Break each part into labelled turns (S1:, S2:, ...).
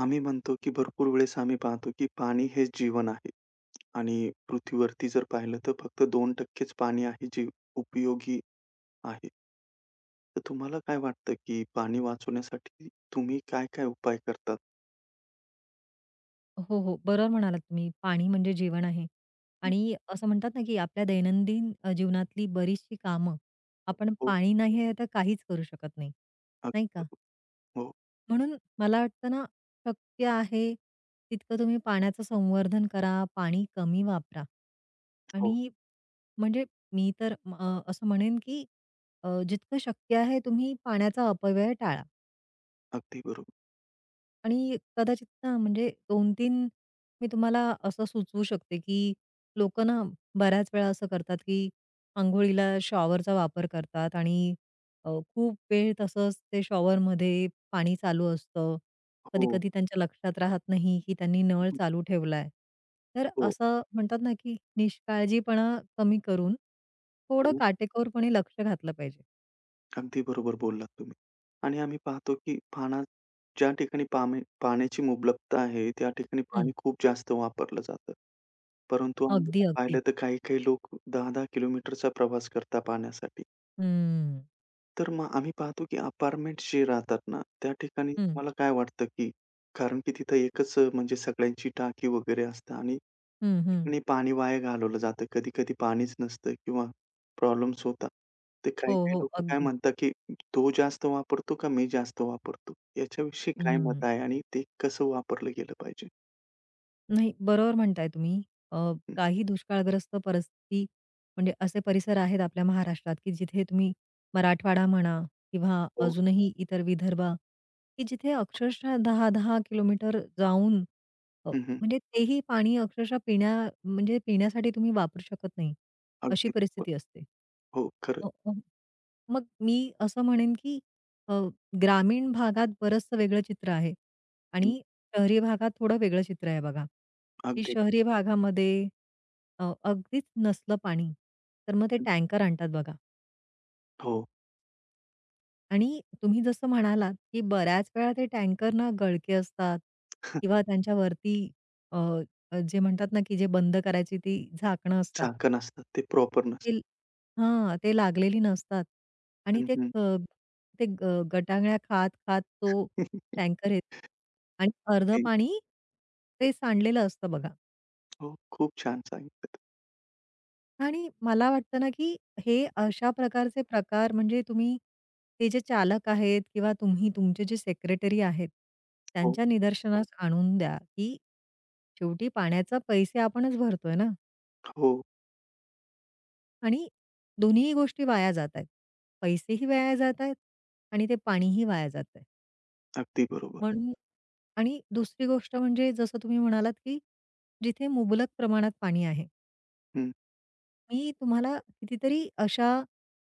S1: आम्ही म्हणतो, की भरपूर वेळेस आम्ही पाहतो, की पाणी हेच जीवन आहे आणि पृथ्वीवरती जर पाहिलं तर फक्त दोन च पाणी आहे जे उपयोगी आहे. तर तुम्हाला काय वाटतं, की पाणी वाचवण्यासाठी तुम्ही काय-काय उपाय करतात?
S2: हो, हो. बरोबर म्हणालात तुम्ही. पाणी म्हणजे जीवन आहे.
S1: हं.
S2: आणि असं म्हणतात ना, की आपल्या दैनंदिन जीवनातली बरीचशी कामं आपण
S1: हो,
S2: पाणी नाही आहे तर काहीच करू शकत नाही, नाही
S1: अगदी
S2: का?
S1: बरोबर. हो,
S2: म्हणून मला वाटतं ना, शक्य आहे तितकं तुम्ही पाण्याचं संवर्धन करा, पाणी कमी वापरा.
S1: हो,
S2: आणि म्हणजे मी तर असं म्हणेन, की जितकं शक्य आहे तुम्ही पाण्याचा अपव्यय टाळा.
S1: अगदी बरोबर.
S2: आणि कदाचित ना म्हणजे 2-3 मी तुम्हाला असं सुचवू शकते, की लोकं ना बऱ्याच वेळा असं करतात, की अंघोळीला शॉवरचा वापर करतात आणि खूप वेळ तसंच ते शॉवरमध्ये पाणी चालू असतं.
S1: हो,
S2: कधी-कधी त्यांच्या लक्षात राहत नाही, की त्यांनी नळ चालू ठेवलाय. तर
S1: हो,
S2: असं म्हणतात ना, की निष्काळजीपणा कमी करून थोडं
S1: हो.
S2: काटेकोरपणे लक्ष घातलं पाहिजे.
S1: अगदी बरोबर बोललात तुम्ही. आणि आम्ही पाहतो, की पाना ज्या ठिकाणी पामे पाण्याची मुबलकता आहे, त्या ठिकाणी
S2: हं.
S1: पाणी खूप जास्त वापरलं जातं. परंतु आम्ही
S2: अगदी,
S1: पाहिलं
S2: अगदी.
S1: तर काही-काही लोक 10-10 किलोमीटरचा प्रवास करतात पाण्यासाठी.
S2: हं.
S1: तर मग आम्ही पाहतो, की अपार्टमेंट्स जे राहतात ना, त्या ठिकाणी
S2: हं,
S1: तुम्हाला काय वाटतं, की कारण की तिथं एकच म्हणजे सगळ्यांची टाकी वगैरे असते आणि
S2: हं, हं.
S1: तिकडे पाणी वाया घालवलं जातं. कधी-कधी पाणीच नसतं किंवा प्रॉब्लेम्स होतात. तर
S2: हो,
S1: काही-काही
S2: हो.
S1: लोकं काय
S2: अगदी.
S1: म्हणतात, की तो जास्त वापरतो का मी जास्त वापरतो? याच्याविषयी काय मत
S2: हं.
S1: आहे आणि ते कसं वापरलं गेलं पाहिजे?
S2: नाही, बरोबर म्हणताय तुम्ही. अ,
S1: हं.
S2: काही दुष्काळग्रस्त परिस्थिती म्हणजे असे परिसर आहेत आपल्या महाराष्ट्रात, की जिथे तुम्ही मराठवाडा म्हणा किंवा
S1: हो.
S2: अजूनही इतर विदर्भ, की जिथे अक्षरशः 10-10 किलोमीटर जाऊन अ,
S1: हं, हं.
S2: म्हणजे तेही पाणी अक्षरशः पिण्या म्हणजे पिण्यासाठी तुम्ही वापरू शकत नाही, अशी
S1: अगदी बरोबर.
S2: परिस्थिती असते.
S1: हो, खरं.
S2: मग मी असं म्हणेन, की अ, ग्रामीण भागात बरचसं वेगळं चित्र आहे
S1: हं.
S2: आणि शहरी भागात थोडं वेगळं चित्र आहे बघा, की
S1: अगदी.
S2: शहरी भागामध्ये अगदीच नसलं पाणी, तर मग ते
S1: हं.
S2: टँकर आणतात बघा.
S1: हो.
S2: आणि तुम्ही जसं म्हणालात, की बऱ्याच वेळा ते टँकर ना गळके असतात किंवा त्यांच्यावरती अ, अ, जे म्हणतात ना, की जे बंद करायची ती झाकणं असतात.
S1: झाकण असतं. ते प्रॉपर नसतं.
S2: ते हां, ते लागलेली नसतात आणि
S1: हं,
S2: ते
S1: हं.
S2: अ, ते गटांगळ्या खात-खात तो टँकर येतो आणि अर्धं पाणी ते सांडलेलं असतं बघा.
S1: हो, खूप छान सांगितलं.
S2: आणि मला वाटतं ना, की हे अशा प्रकारचे प्रकार म्हणजे तुम्ही ते जे चालक आहेत किंवा तुम्ही तुमचे जे सेक्रेटरी आहेत,
S1: हो,
S2: त्यांच्या निदर्शनास आणून द्या, की शेवटी पाण्याचा पैसे आपणच भरतोय ना
S1: हो.
S2: आणि दोन्ही गोष्टी वाया जात आहेत. पैसेही वाया जात आहेत आणि ते पाणीही वाया जात आहे.
S1: अगदी बरोबर.
S2: म्हणून आणि दुसरी गोष्ट म्हणजे जसं तुम्ही म्हणालात, की जिथे मुबलक प्रमाणात पाणी आहे.
S1: हं.
S2: मी तुम्हाला कितीतरी अशा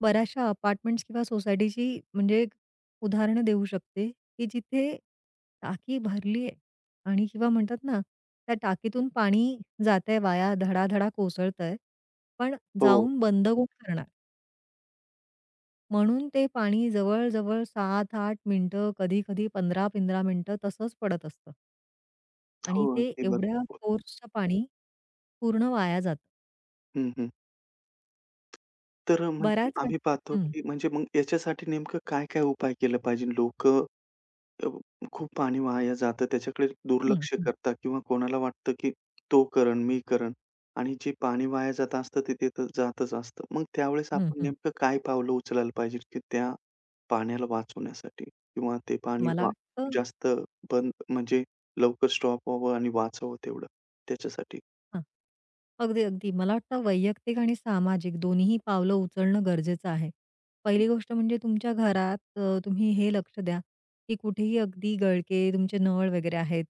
S2: बऱ्याचशा अपार्टमेंट्स किंवा सोसायटीची म्हणजे उदाहरणं देऊ शकते, की जिथे टाकी भरली आहे आणि किंवा म्हणतात ना, त्या टाकीतून पाणी जातंय वाया धडाधडा कोसळतंय. पण
S1: हो,
S2: जाऊन बंद कोण करणार? म्हणून ते पाणी जवळ-जवळ 7 मिनिटं, कधी-कधी 15-15 मिनिटं तसंच पडत असतं
S1: हो.
S2: आणि ते
S1: अगदी
S2: एवढ्या
S1: बरोबर.
S2: फोर्सचं पाणी पूर्ण वाया जातं.
S1: हं, हं. तर म्हणजे
S2: बऱ्याच वेळा
S1: आम्ही पाहतो,
S2: हं,
S1: की म्हणजे मग याच्यासाठी नेमकं काय-काय उपाय केला पाहिजे? लोकं अ, खूप पाणी वाया जातं. त्याच्याकडे हं.
S2: हं,
S1: दुर्लक्ष
S2: हं,
S1: करतात किंवा कोणाला वाटतं, की तो करेन, मी करेन आणि जे पाणी वाया जात असतं ते तिथं जातच असतं. मग त्यावेळेस
S2: हं,
S1: आपण
S2: हं.
S1: नेमकं काय पावलं उचलायला पाहिजे, की त्या पाण्याला वाचवण्यासाठी किंवा ते पाणी
S2: मला
S1: वा
S2: वाटतं
S1: जास्त बंद म्हणजे लवकर स्टॉप व्हावं आणि वाचावं तेवढं त्याच्यासाठी?
S2: हां. अगदी, अगदी. मला वाटतं वैयक्तिक आणि सामाजिक दोन्हीही पावलं उचलणं गरजेचं आहे.
S1: हं.
S2: पहिली गोष्ट म्हणजे तुमच्या घरात तुम्ही हे लक्ष द्या, की कुठेही अगदी गळके, तुमचे नळ वगैरे आहेत,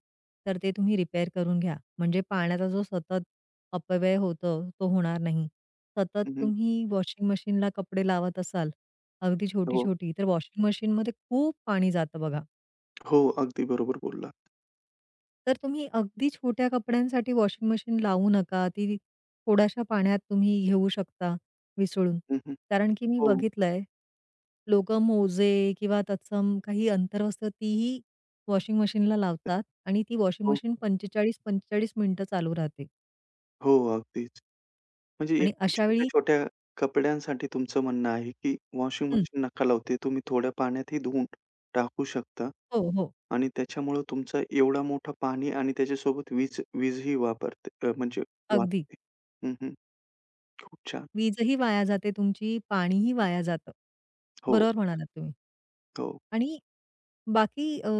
S2: तर ते तुम्ही रिपेअर करून घ्या. म्हणजे पाण्याचा जो सतत अपव्यय होतो, तो होणार नाही. सतत
S1: हं,
S2: तुम्ही वॉशिंग मशीनला कपडे लावत असाल, अगदी
S1: हो.
S2: छोटी-छोटी, तर वॉशिंग मशीनमध्ये खूप पाणी जातं बघा.
S1: हो, अगदी बरोबर बोललात.
S2: तर तुम्ही अगदी छोट्या कपड्यांसाठी वॉशिंग मशीन लावू नका. ती थोड्याशा पाण्यात तुम्ही घेऊ शकता विसळून.
S1: हं, हं.
S2: कारण की मी
S1: हो,
S2: बघितलंय, लोकं मोजे किंवा तत्सम काही अंतर्वस्त्र तीही वॉशिंग मशीनला लावतात आणि ती वॉशिंग
S1: हो.
S2: मशीन 45-45 मिनिटं चालू राहते
S1: हो, अगदी. म्हणजे
S2: आणि
S1: एकदम
S2: अशा वेळी
S1: छोट्या-छोट्या कपड्यांसाठी तुमचं म्हणणं आहे, की वॉशिंग
S2: हं.
S1: मशीन नका लावू. ते तुम्ही थोड्या पाण्यातही धुवून टाकू शकता
S2: हो, हो.
S1: आणि त्याच्यामुळं तुमचा एवढा मोठा पाणी आणि त्याच्यासोबत वीजही वापरते म्हणजे
S2: अगदी.
S1: वाचते. हं, हं. खूप छान.
S2: वीजही वाया जाते तुमची, पाणीही वाया जातं.
S1: हो,
S2: बरोबर म्हणालात तुम्ही
S1: हो.
S2: आणि बाकी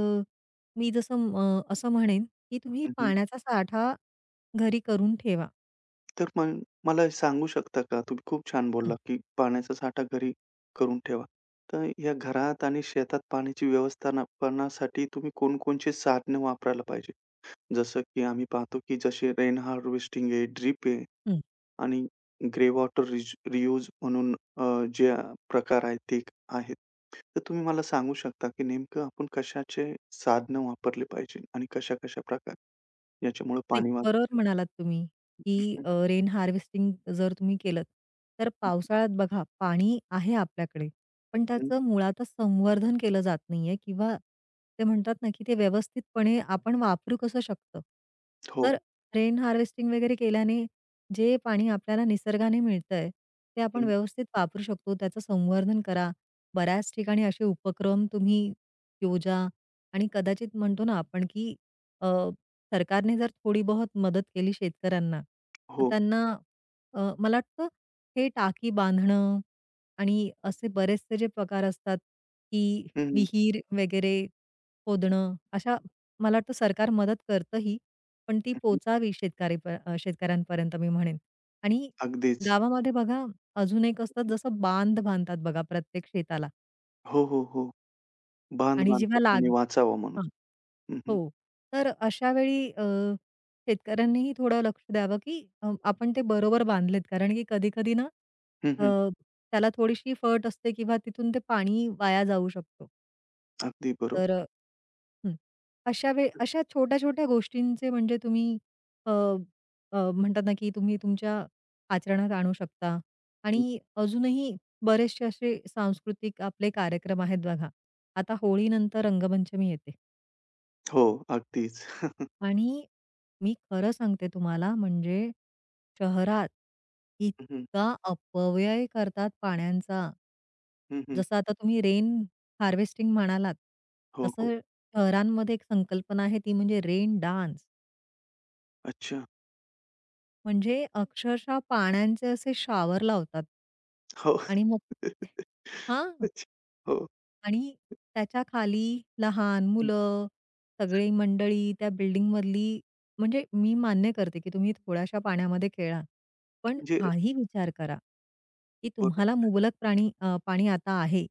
S2: मी जसं असं म्हणेन, की तुम्ही
S1: हं, हं.
S2: पाण्याचा साठा घरी करून ठेवा.
S1: तर मग मला सांगू शकता का? तुम्ही खूप छान बोलला,
S2: हं.
S1: की पाण्याचा साठा घरी करून ठेवा. तर या घरात आणि शेतात पाण्याची व्यवस्थापनासाठी तुम्ही कोणकोणची साधनं वापरायला पाहिजे? जसं की आम्ही पाहतो की जसे रेन हार्वेस्टिंग आहे, ड्रिप आहे
S2: हं.
S1: आणि ग्रे वॉटर रियूज म्हणून जे प्रकार आहेत ते आहेत. तर तुम्ही मला सांगू शकता की नेमकं आपण कशाचे साधनं वापरले पाहिजे आणि कशा-कशा प्रकार याच्यामुळे
S2: नाही,
S1: पाणी वाचतं?
S2: बरोबर म्हणालात तुम्ही, की रेन हार्वेस्टिंग जर तुम्ही केलंत, तर पावसाळ्यात बघा पाणी आहे आपल्याकडे, पण
S1: हं.
S2: त्याचं मुळातच संवर्धन केलं जात नाहीये किंवा ते म्हणतात ना, की ते व्यवस्थितपणे आपण वापरू कसं शकतं.
S1: हो.
S2: तर रेन हार्वेस्टिंग वगैरे केल्याने जे पाणी आपल्याला निसर्गाने मिळतंय, ते आपण
S1: हं.
S2: व्यवस्थित वापरू शकतो. त्याचं संवर्धन करा. बऱ्याच ठिकाणी असे उपक्रम तुम्ही योजा आणि कदाचित म्हणतो ना आपण, की सरकारने जर थोडी बहुत मदत केली शेतकऱ्यांना, तर
S1: हो.
S2: त्यांना मला वाटतं हे टाकी बांधणं आणि असे बरेचसे जे प्रकार असतात, की
S1: हं, हं,
S2: विहीर वगैरे खोदणं, अशा मला वाटतं सरकार मदत करतंही, पण ती
S1: हं, हं.
S2: पोहोचावी शेतकऱ्यांपर्यंत मी म्हणेन. आणि
S1: अगदीच.
S2: गावामध्ये बघा अजून एक असतं जसं बांध बांधतात बघा प्रत्येक शेताला
S1: हो, हो, हो. बांध
S2: आणि
S1: बांधता
S2: जेव्हा
S1: पाणी
S2: लाग
S1: वाचावं म्हणून. हं, हं.
S2: हो. तर अशा वेळी शेतकऱ्यांनीही थोडं लक्ष द्यावं, की आपण ते बरोबर बांधलेत. कारण की कधी-कधी ना
S1: हं,
S2: अ,
S1: हं.
S2: त्याला थोडीशी फट असते किंवा तिथून ते पाणी वाया जाऊ शकतो.
S1: अगदी बरोबर.
S2: तर अ, हं. अशा वेळी अशा छोट्या-छोट्या गोष्टींचे म्हणजे तुम्ही अ, अ, म्हणतात ना, की तुम्ही तुमच्या आचरणात आणू शकता
S1: हं.
S2: आणि अजूनही बरेचसे असे सांस्कृतिक आपले कार्यक्रम आहेत बघा. आता होळीनंतर रंगपंचमी येते.
S1: हो, अगदीच.
S2: आणि मी खरं सांगते तुम्हाला म्हणजे शहरात
S1: हं, हं.
S2: इतका अपव्यय करतात पाण्याचा.
S1: हं, हं.
S2: जसं आता तुम्ही रेन हार्वेस्टिंग म्हणालात,
S1: हो, हो.
S2: तसं शहरांमध्ये एक संकल्पना आहे ती म्हणजे रेन डान्स.
S1: अच्छा.
S2: म्हणजे अक्षरशः पाण्याचे असे शावर लावतात.
S1: हो.
S2: आणि मग हां.
S1: हो.
S2: आणि त्याच्या खाली लहान मुलं, सगळी मंडळी त्या बिल्डिंगमधली म्हणजे मी मान्य करते, की तुम्ही थोड्याशा पाण्यामध्ये खेळा. पण
S1: म्हणजे
S2: हाही विचार करा, की तुम्हाला
S1: बरोबर.
S2: मुबलक पाणी आता आहे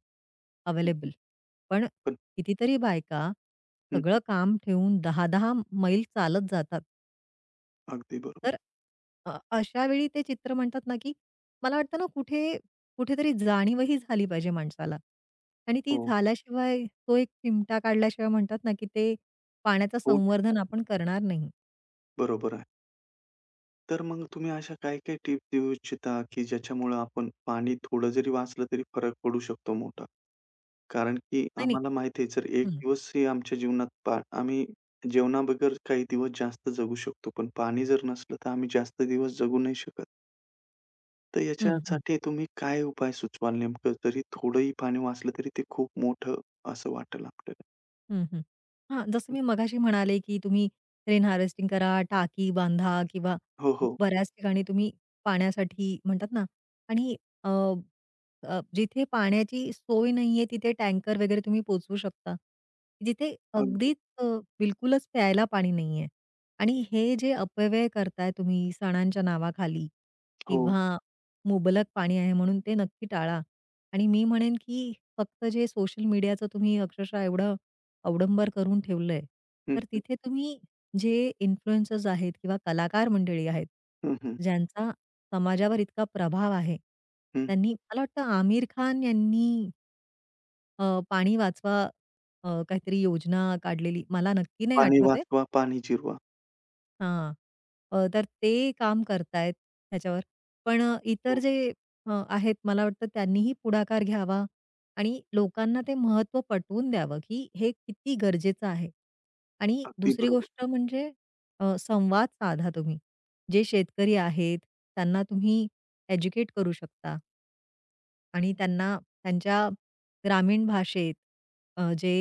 S2: अवेलेबल. पण
S1: पण
S2: कितीतरी बायका
S1: हं, हं.
S2: सगळं काम ठेवून दहा-दहा मैल चालत जातात.
S1: अगदी बरोबर.
S2: तर अशा वेळी ते चित्र म्हणतात ना, की मला वाटतं ना कुठे कुठेतरी जाणीवही झाली पाहिजे माणसाला आणि ती
S1: हो,
S2: झाल्याशिवाय तो एक चिमटा काढल्याशिवाय म्हणतात ना, की ते पाण्याचं
S1: हो.
S2: संवर्धन आपण करणार नाही.
S1: बरोबर आहे. तर मग तुम्ही अशा काय-काय टिप्स देऊ इच्छिता, की ज्याच्यामुळं आपण पाणी थोडं जरी वाचलं तरी फरक पडू शकतो मोठा? कारण की
S2: नाही, नाही.
S1: आम्हाला माहिती आहे जर एक
S2: हं,
S1: दिवसही आमच्या जीवनात पा आम्ही जेवणाबगैर काही दिवस जास्त जगू शकतो, पण पाणी जर नसलं तर आम्ही जास्त दिवस जगू नाही शकत. तर
S2: हं, हं,
S1: याच्यासाठी तुम्ही काय उपाय सुचवाल नेमकं? जरी थोडंही पाणी वाचलं तरी ते खूप मोठं असं वाटेल आपल्याला.
S2: हं, हं. हां, जसं मी मगाशी म्हणाले, की तुम्ही रेन हार्वेस्टिंग करा, टाकी बांधा किंवा
S1: हो, हो.
S2: बऱ्याच ठिकाणी तुम्ही पाण्यासाठी म्हणतात ना आणि जिथे पाण्याची सोय नाहीये तिथे टँकर वगैरे तुम्ही पोहोचवू शकता. जिथे
S1: अगदी.
S2: अगदीच अ, बिलकुलच प्यायला पाणी नाहीये आणि हे जे अपव्यय करताय तुम्ही सणांच्या नावाखाली
S1: हो.
S2: किंवा मुबलक पाणी आहे म्हणून ते नक्की टाळा. आणि मी म्हणेन की फक्त जे सोशल मीडियाचं तुम्ही अक्षरशः एवढं अवडंबर करून ठेवलंय,
S1: हं,
S2: तर
S1: हं.
S2: तिथे तुम्ही जे इन्फ्लुएन्सर्स आहेत किंवा कलाकार मंडळी आहेत,
S1: हं, हं.
S2: ज्यांचा समाजावर इतका प्रभाव आहे.
S1: हं.
S2: त्यांनी मला वाटतं आमिर खान यांनी पाणी वाचवा काहीतरी योजना काढलेली. मला नक्की नाही
S1: पाणी
S2: आठवत आहे.
S1: वाचवा, पाणी जिरवा.
S2: हां. तर ते काम करतायत ह्याच्यावर. पण इतर
S1: हो.
S2: जे आहेत मला वाटतं त्यांनीही पुढाकार घ्यावा आणि लोकांना ते महत्त्व पटवून द्यावं, की हे किती गरजेचं आहे. आणि
S1: अगदी
S2: दुसरी
S1: बरोबर.
S2: गोष्ट म्हणजे संवाद साधा तुम्ही. जे शेतकरी आहेत त्यांना तुम्ही एज्युकेट करू शकता. आणि त्यांना त्यांच्या ग्रामीण भाषेत अ, जे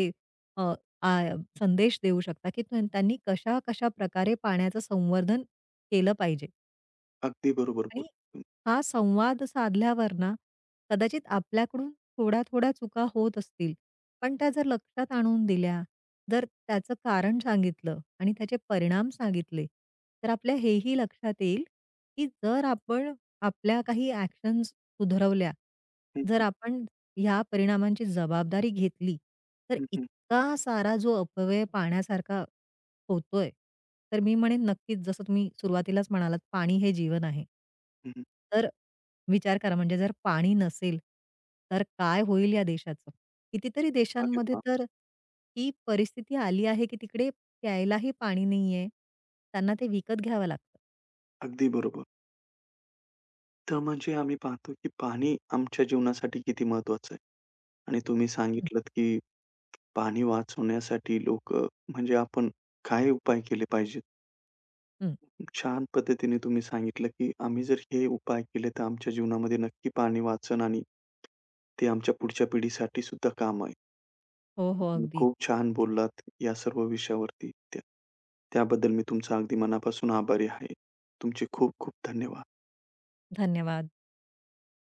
S2: अ, आ, संदेश देऊ शकता, की त्यांनी कशा-कशा प्रकारे पाण्याचं संवर्धन केलं पाहिजे.
S1: अगदी बरोबर बोल
S2: आणि
S1: हं,
S2: हा संवाद साधल्यावर ना, कदाचित आपल्याकडून थोड्या-थोड्या चुका होत असतील. पण त्या जर लक्षात आणून दिल्या, जर त्याचं कारण सांगितलं आणि त्याचे परिणाम सांगितले, तर आपल्या हेही लक्षात येईल, की जर आपण आपल्या काही ॲक्शन्स सुधरवल्या,
S1: हं,
S2: जर आपण ह्या परिणामांची जबाबदारी घेतली, तर
S1: हं, हं,
S2: इतका सारा जो अपव्यय पाहण्यासारखा होतोय. तर मी म्हणेन नक्कीच जसं तुम्ही सुरुवातीलाच म्हणालात, पाणी हे जीवन आहे.
S1: हं, हं.
S2: तर विचार करा म्हणजे जर पाणी नसेल, तर काय होईल या देशाचं? कितीतरी
S1: अरे
S2: देशांमध्ये
S1: वाह!
S2: तर ही परिस्थिती आली आहे, की तिकडे प्यायलाही पाणी नाहीये. त्यांना ते विकत घ्यावं लागतं.
S1: अगदी बरोबर. तर म्हणजे आम्ही पाहतो, की पाणी आमच्या जीवनासाठी किती महत्वाचं आहे आणि तुम्ही
S2: हं.
S1: सांगितलत, की पाणी वाचवण्यासाठी लोकं म्हणजे आपण काय उपाय केले पाहिजेत?
S2: हं.
S1: छान पद्धतीने तुम्ही सांगितलं, की आम्ही जर हे उपाय केले, तर आमच्या जीवनामध्ये नक्की पाणी वाचन आणि ते आमच्या पुढच्या पिढीसाठी सुद्धा कामं
S2: हो, हो.
S1: तुम्ही
S2: अगदी.
S1: खूप छान बोललात या सर्व विषयावरती. त्या त्याबद्दल मी तुमचा अगदी मनापासून आभारी आहे. तुमचे खूप खूप धन्यवाद.
S2: धन्यवाद.